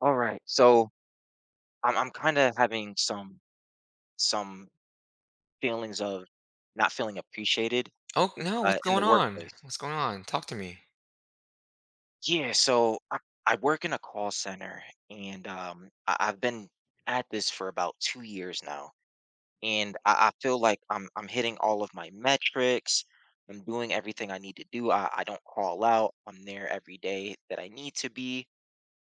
All right. So I'm kind of having some feelings of not feeling appreciated Oh, no, what's in the going on? workplace. What's going on? Talk to me. Yeah. So I work in a call center, and I've been at this for about 2 years now, and I feel like I'm hitting all of my metrics. I'm doing everything I need to do. I don't call out. I'm there every day that I need to be.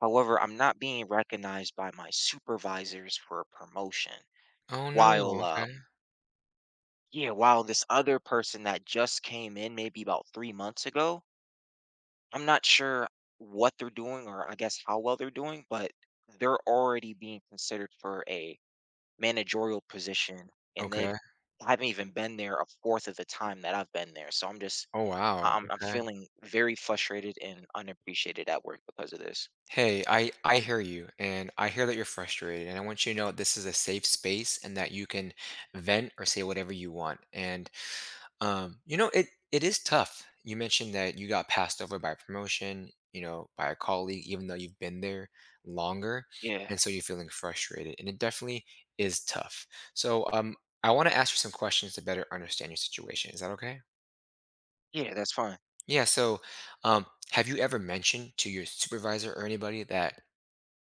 However, I'm not being recognized by my supervisors for a promotion Oh, no, while. okay. Yeah, while this other person that just came in maybe about 3 months ago, I'm not sure what they're doing or I guess how well they're doing, but they're already being considered for a managerial position and they've Okay. I haven't even been there a fourth of the time that I've been there. So I'm just Oh, I- wow, I'm I'm okay. feeling very frustrated and unappreciated at work because of this. Hey, I hear you, and I hear that you're frustrated, and I want you to know this is a safe space and that you can vent or say whatever you want. And it is tough. You mentioned that you got passed over by a promotion, you know, by a colleague, even though you've been there longer, Yeah. and so you're feeling frustrated, and it definitely is tough. So, I want to ask you some questions to better understand your situation. Is that okay? Yeah, that's fine. Yeah. So, um, have you ever mentioned to your supervisor or anybody that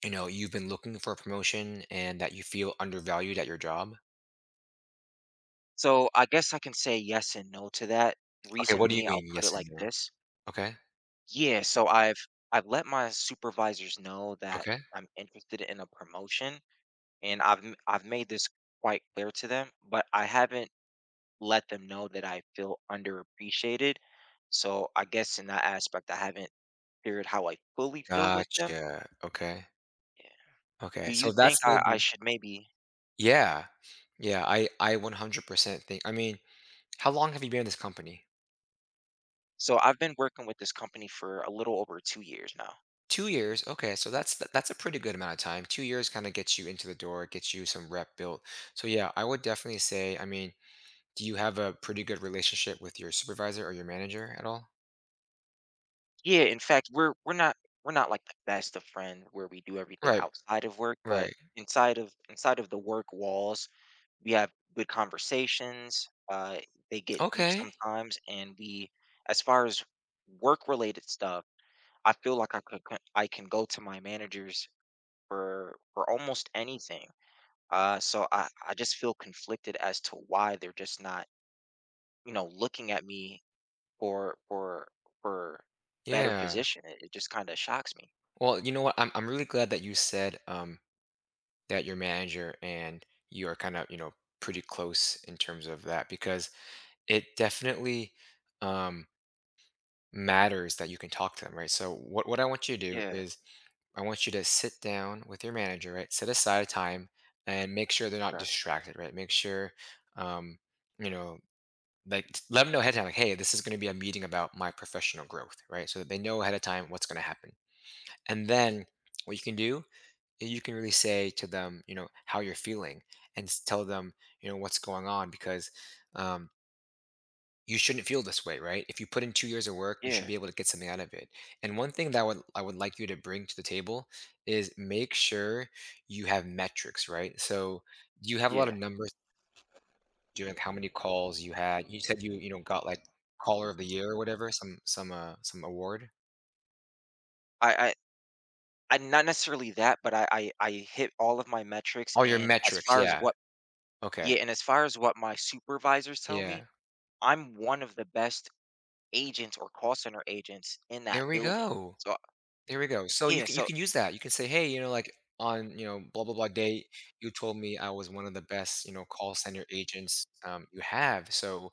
you know you've been looking for a promotion and that you feel undervalued at your job? So I guess I can say yes and no to that. Okay. Reason What do you being, I'll mean? put it Yes and like no. this. Okay. Yeah, so I've let my supervisors know that Okay. I'm interested in a promotion and I've made this quite clear to them, but I haven't let them know that I feel underappreciated. So I guess in that aspect I haven't cleared how I fully feel with them. Gotcha. Okay. Yeah. Okay. Do you So think that's I maybe. should maybe. Yeah. Yeah. I 100% think. I mean, how long have you been in this company? So I've been working with this company for a little over 2 years now. 2 years. Okay. So that's that's a pretty good amount of time. 2 years kind of gets you into the door, gets you some rep built. So yeah, I would definitely say. I mean. Do you have a pretty good relationship with your supervisor or your manager at all? Yeah, in fact, we're not we're not like the best of friends where we do everything Right, outside of work, but right. Inside of the work walls, we have good conversations. They get deep Okay. sometimes, and we, as far as work related stuff, I feel like I can go to my managers for almost anything. So I just feel conflicted as to why they're just not, you know, looking at me for for for better Yeah. position. It just kind of shocks me. Well, you know what? I'm really glad that you said that your manager and you are kind of, you know, pretty close in terms of that because it definitely um matters that you can talk to them, right? So what I want you to do Yeah, is I want you to sit down with your manager, right? Set aside a time and make sure they're not okay. distracted, right? Make sure um you know like let them know ahead of time, like, hey, this is going to be a meeting about my professional growth, right, so that they know ahead of time what's going to happen. And then what you can do is you can really say to them, you know, how you're feeling and tell them, you know, what's going on because, um, you shouldn't feel this way, right? If you put in 2 years of work, you should Yeah, be able to get something out of it. And one thing that would I would like you to bring to the table is make sure you have metrics, right? So you have a lot yeah. of numbers. Doing how many calls you had. You said you, you know, got like caller of the year or whatever, some some award? I I I not necessarily that, but I hit all of my metrics, All your and as metrics, far as yeah. what Okay. yeah, and as far as what my supervisors tell me, Yeah. I'm one of the best agents or call center agents in that There we building. go. So, There we go. So yeah, you so can use that. You can say, hey, you know, like, on, you know, blah blah blah day, you told me I was one of the best, you know, call center agents you have. So,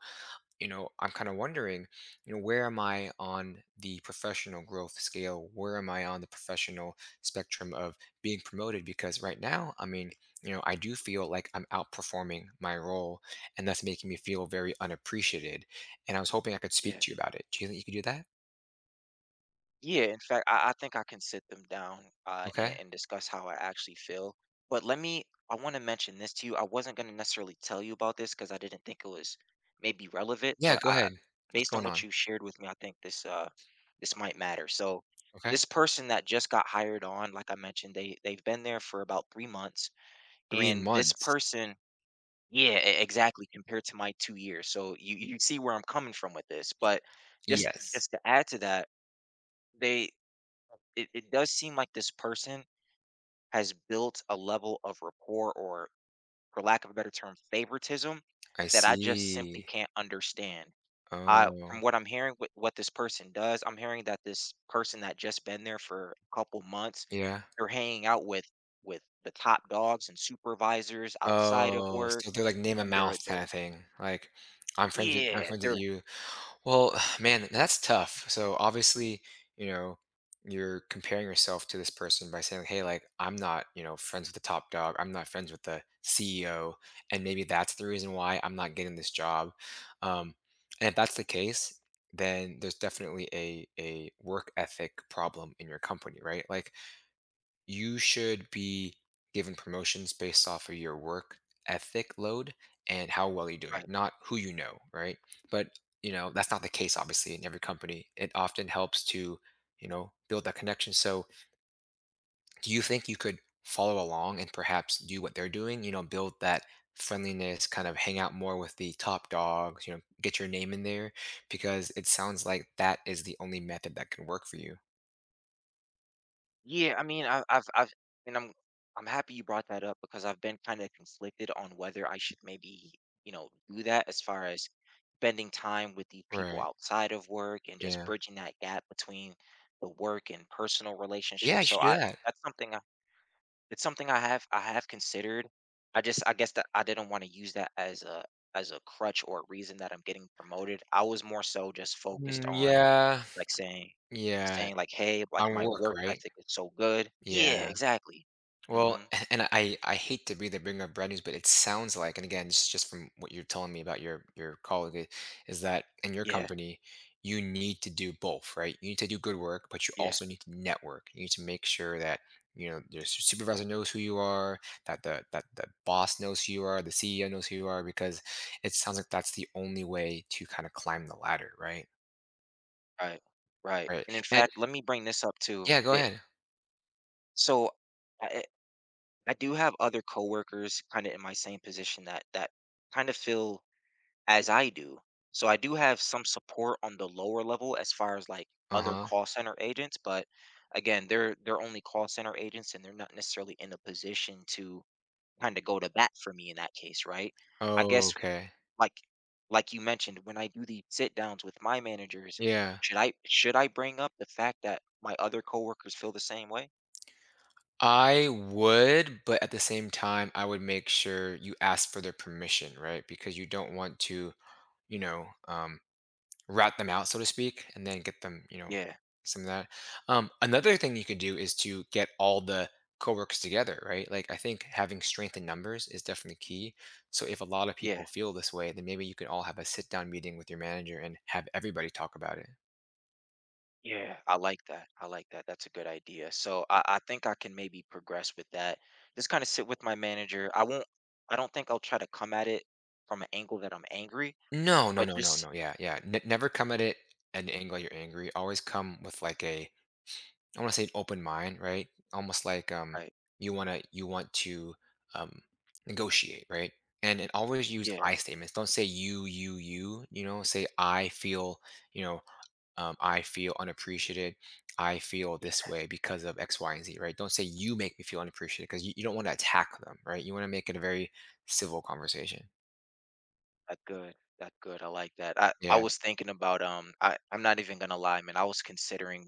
you know, I'm kind of wondering, you know, where am I on the professional growth scale? Where am I on the professional spectrum of being promoted? Because right now, I mean, you know, I do feel like I'm outperforming my role, and that's making me feel very unappreciated. And I was hoping I could speak yeah. to you about it. Do you think you could do that? Yeah, in fact, I think I can sit them down Okay. and discuss how I actually feel. But let me, I want to mention this to you. I wasn't going to necessarily tell you about this because I didn't think it was maybe relevant, Yeah, but go I, ahead. What's based on going what on? you shared with me, I think this this might matter. So Okay. this person that just got hired on, like I mentioned, they've been there for about 3 months, Three and this months. person, yeah, exactly, compared to my 2 years. So you see where I'm coming from with this, but Yes. just to add to that they it does seem like this person has built a level of rapport or, for lack of a better term, favoritism I that I just simply see. can't understand. I Oh, From what I'm hearing, what this person does, I'm hearing that this person that just been there for a couple months, yeah. they're hanging out with the top dogs and supervisors outside of Oh, work so they're like name a and mouth they're kinda thing, like, "I'm friends with yeah they're you." Well, man, that's tough. So, obviously, you know, you're comparing yourself to this person by saying, "Hey, like, I'm not, you know, friends with the top dog. I'm not friends with the CEO, and maybe that's the reason why I'm not getting this job." Um, and if that's the case, then there's definitely a work ethic problem in your company, right? Like, you should be given promotions based off of your work ethic load and how well you're doing, right. not who you know, right? But you know that's not the case, obviously, in every company. It often helps to, you know, build that connection. So, do you think you could follow along and perhaps do what they're doing? You know, build that friendliness, kind of hang out more with the top dogs. You know, get your name in there because it sounds like that is the only method that can work for you. Yeah, I mean, I've and I'm happy you brought that up because I've been kind of conflicted on whether I should maybe, you know, do that as far as spending time with these people Right. outside of work and just Yeah. bridging that gap between the work and personal Yeah, you relationships. So should do I that. That's something it's something I have considered. I guess that I didn't want to use that as a crutch or a reason that I'm getting promoted. I was more so just focused Mm, on yeah. like Yeah, saying like, "Hey, like, on my work, work right? ethic is so good." Yeah, Yeah. exactly. Well, Mhm. and I hate to be the bringer of bad news, but it sounds like, and again, this is just from what you're telling me about your colleague, is that in your Yeah, company, you need to do both, right? You need to do good work, but you yeah, also need to network. You need to make sure that you know your right, supervisor knows who you are, that the boss knows who you are, the CEO knows who you are, because it sounds like that's the only way to kind of climb the ladder, right? right, right, Right. and in And fact, let me bring this up too. yeah, go It ahead. so I I do have other coworkers kinda in my same position that kinda feel as I do. So I do have some support on the lower level as far as, like, other Uh-huh. call center agents, but again, they're only call center agents, and they're not necessarily in a position to kinda go to bat for me in that case, right? I Oh, guess, okay. like like you mentioned, when I do the sit downs with my managers, Yeah. Should I bring up the fact that my other coworkers feel the same way? I would, but at the same time, I would make sure you ask for their permission, right? Because you don't want to, you know, rat them out, so to speak, and then get them, you know, Yeah, some of that. Another thing you could do is to get all the coworkers together, right? Like, I think having strength in numbers is definitely key. So if a lot of yeah, people feel this way, then maybe you could all have a sit down meeting with your manager and have everybody talk about it. yeah. I like that. I like that. That's a good idea. So I think I can maybe progress with that. Just kind of sit with my manager. I don't think I'll try to come at it from an angle that I'm angry, No, no, but no, no, just no. Yeah, yeah. Never come at it at an angle you're angry. Always come with, like, a, I want to say, an open mind, right? Almost like, right. you wanna you want to um negotiate, right? And always use Yeah. I statements. Don't say you, you, you. You know, say I feel, you know, I feel unappreciated. I feel this way because of X, Y, and Z, right? Don't say you make me feel unappreciated because you don't want to attack them, right? You want to make it a very civil conversation. That's good. That's good. I like that. I Yeah. was thinking about I'm not even gonna lie, man. I was considering,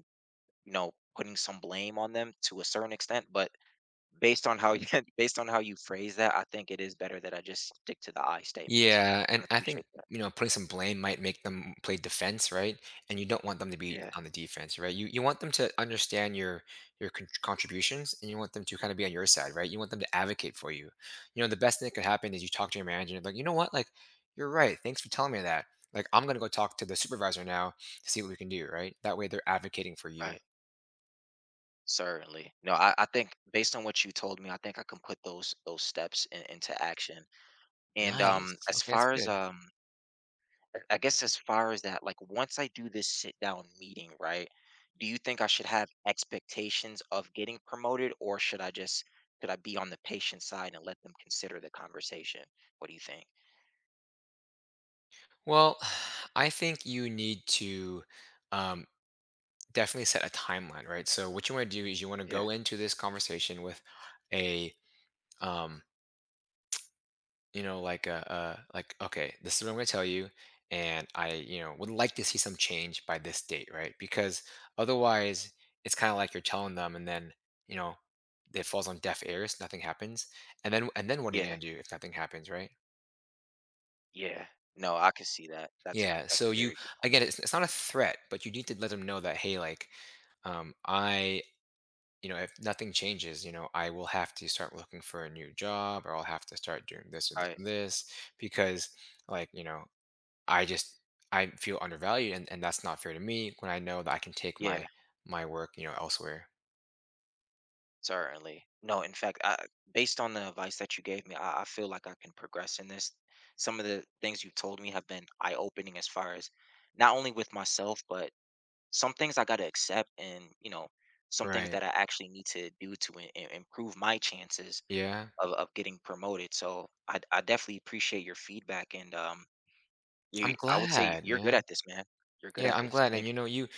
you know, putting some blame on them to a certain extent, but based on how you based on how you phrase that, I think it is better that I just stick to the I statements. Yeah, and I I think, appreciate that. you know, putting some blame might make them play defense, right? And you don't want them to be Yeah, on the defense, right? You want them to understand your contributions, and you want them to kind of be on your side, right? You want them to advocate for you. You know, the best thing that could happen is you talk to your manager and, like, you know what, like, you're right. Thanks for telling me that. Like, I'm gonna go talk to the supervisor now to see what we can do, right? That way, they're advocating for you. right. Certainly. No, I think based on what you told me, I think I can put those steps into action. And Nice. as Okay, that's far as good. I guess as far as that, like once I do this sit down meeting, right? Do you think I should have expectations of getting promoted or should I just should I be on the patient side and let them consider the conversation? What do you think? Well, I think you need to. Um, Definitely set a timeline, right? So what you want to do is you want to Yeah. go into this conversation with a um, you know, like a like, okay, this is what I'm going to tell you and I, you know, would like to see some change by this date, right? Because otherwise it's kind of like you're telling them and then, you know, it falls on deaf ears, nothing happens. And then what are you Yeah. going to do if nothing happens, right? Yeah. No, I can see that. Yeah, That's so a you very good point. again, it's not a threat, but you need to let them know that, hey, like, I you know, if nothing changes, you know, I will have to start looking for a new job or I'll have to start doing this and this Right. and this because, like, you know, I just I feel undervalued and, that's not fair to me when I know that I can take Yeah, my work, you know, elsewhere. certainly. No, in fact, based on the advice that you gave me, I feel like I can progress in this. Some of the things you've told me have been eye opening as far as not only with myself, but some things I got to accept and, you know, some things Right. that I actually need to do to improve my chances Yeah. Of getting promoted. So I definitely appreciate your feedback. And you, I'm I would say glad, you're good man. at this, man. You're good Yeah, at I'm this. glad. And Thank you you. know,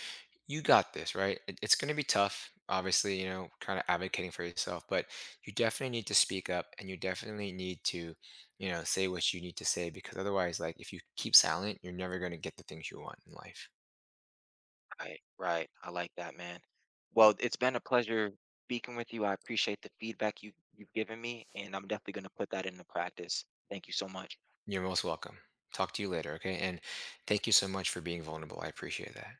you got this, right? It's going to be tough, obviously, you know, kind of advocating for yourself, but you definitely need to speak up and you definitely need to, you know, say what you need to say because otherwise, like, if you keep silent, you're never going to get the things you want in life. Right. Right. I like that, man. Well, it's been a pleasure speaking with you. I appreciate the feedback you've given me, and I'm definitely going to put that into practice. Thank you so much. You're most welcome. Talk to you later, okay? And thank you so much for being vulnerable. I appreciate that.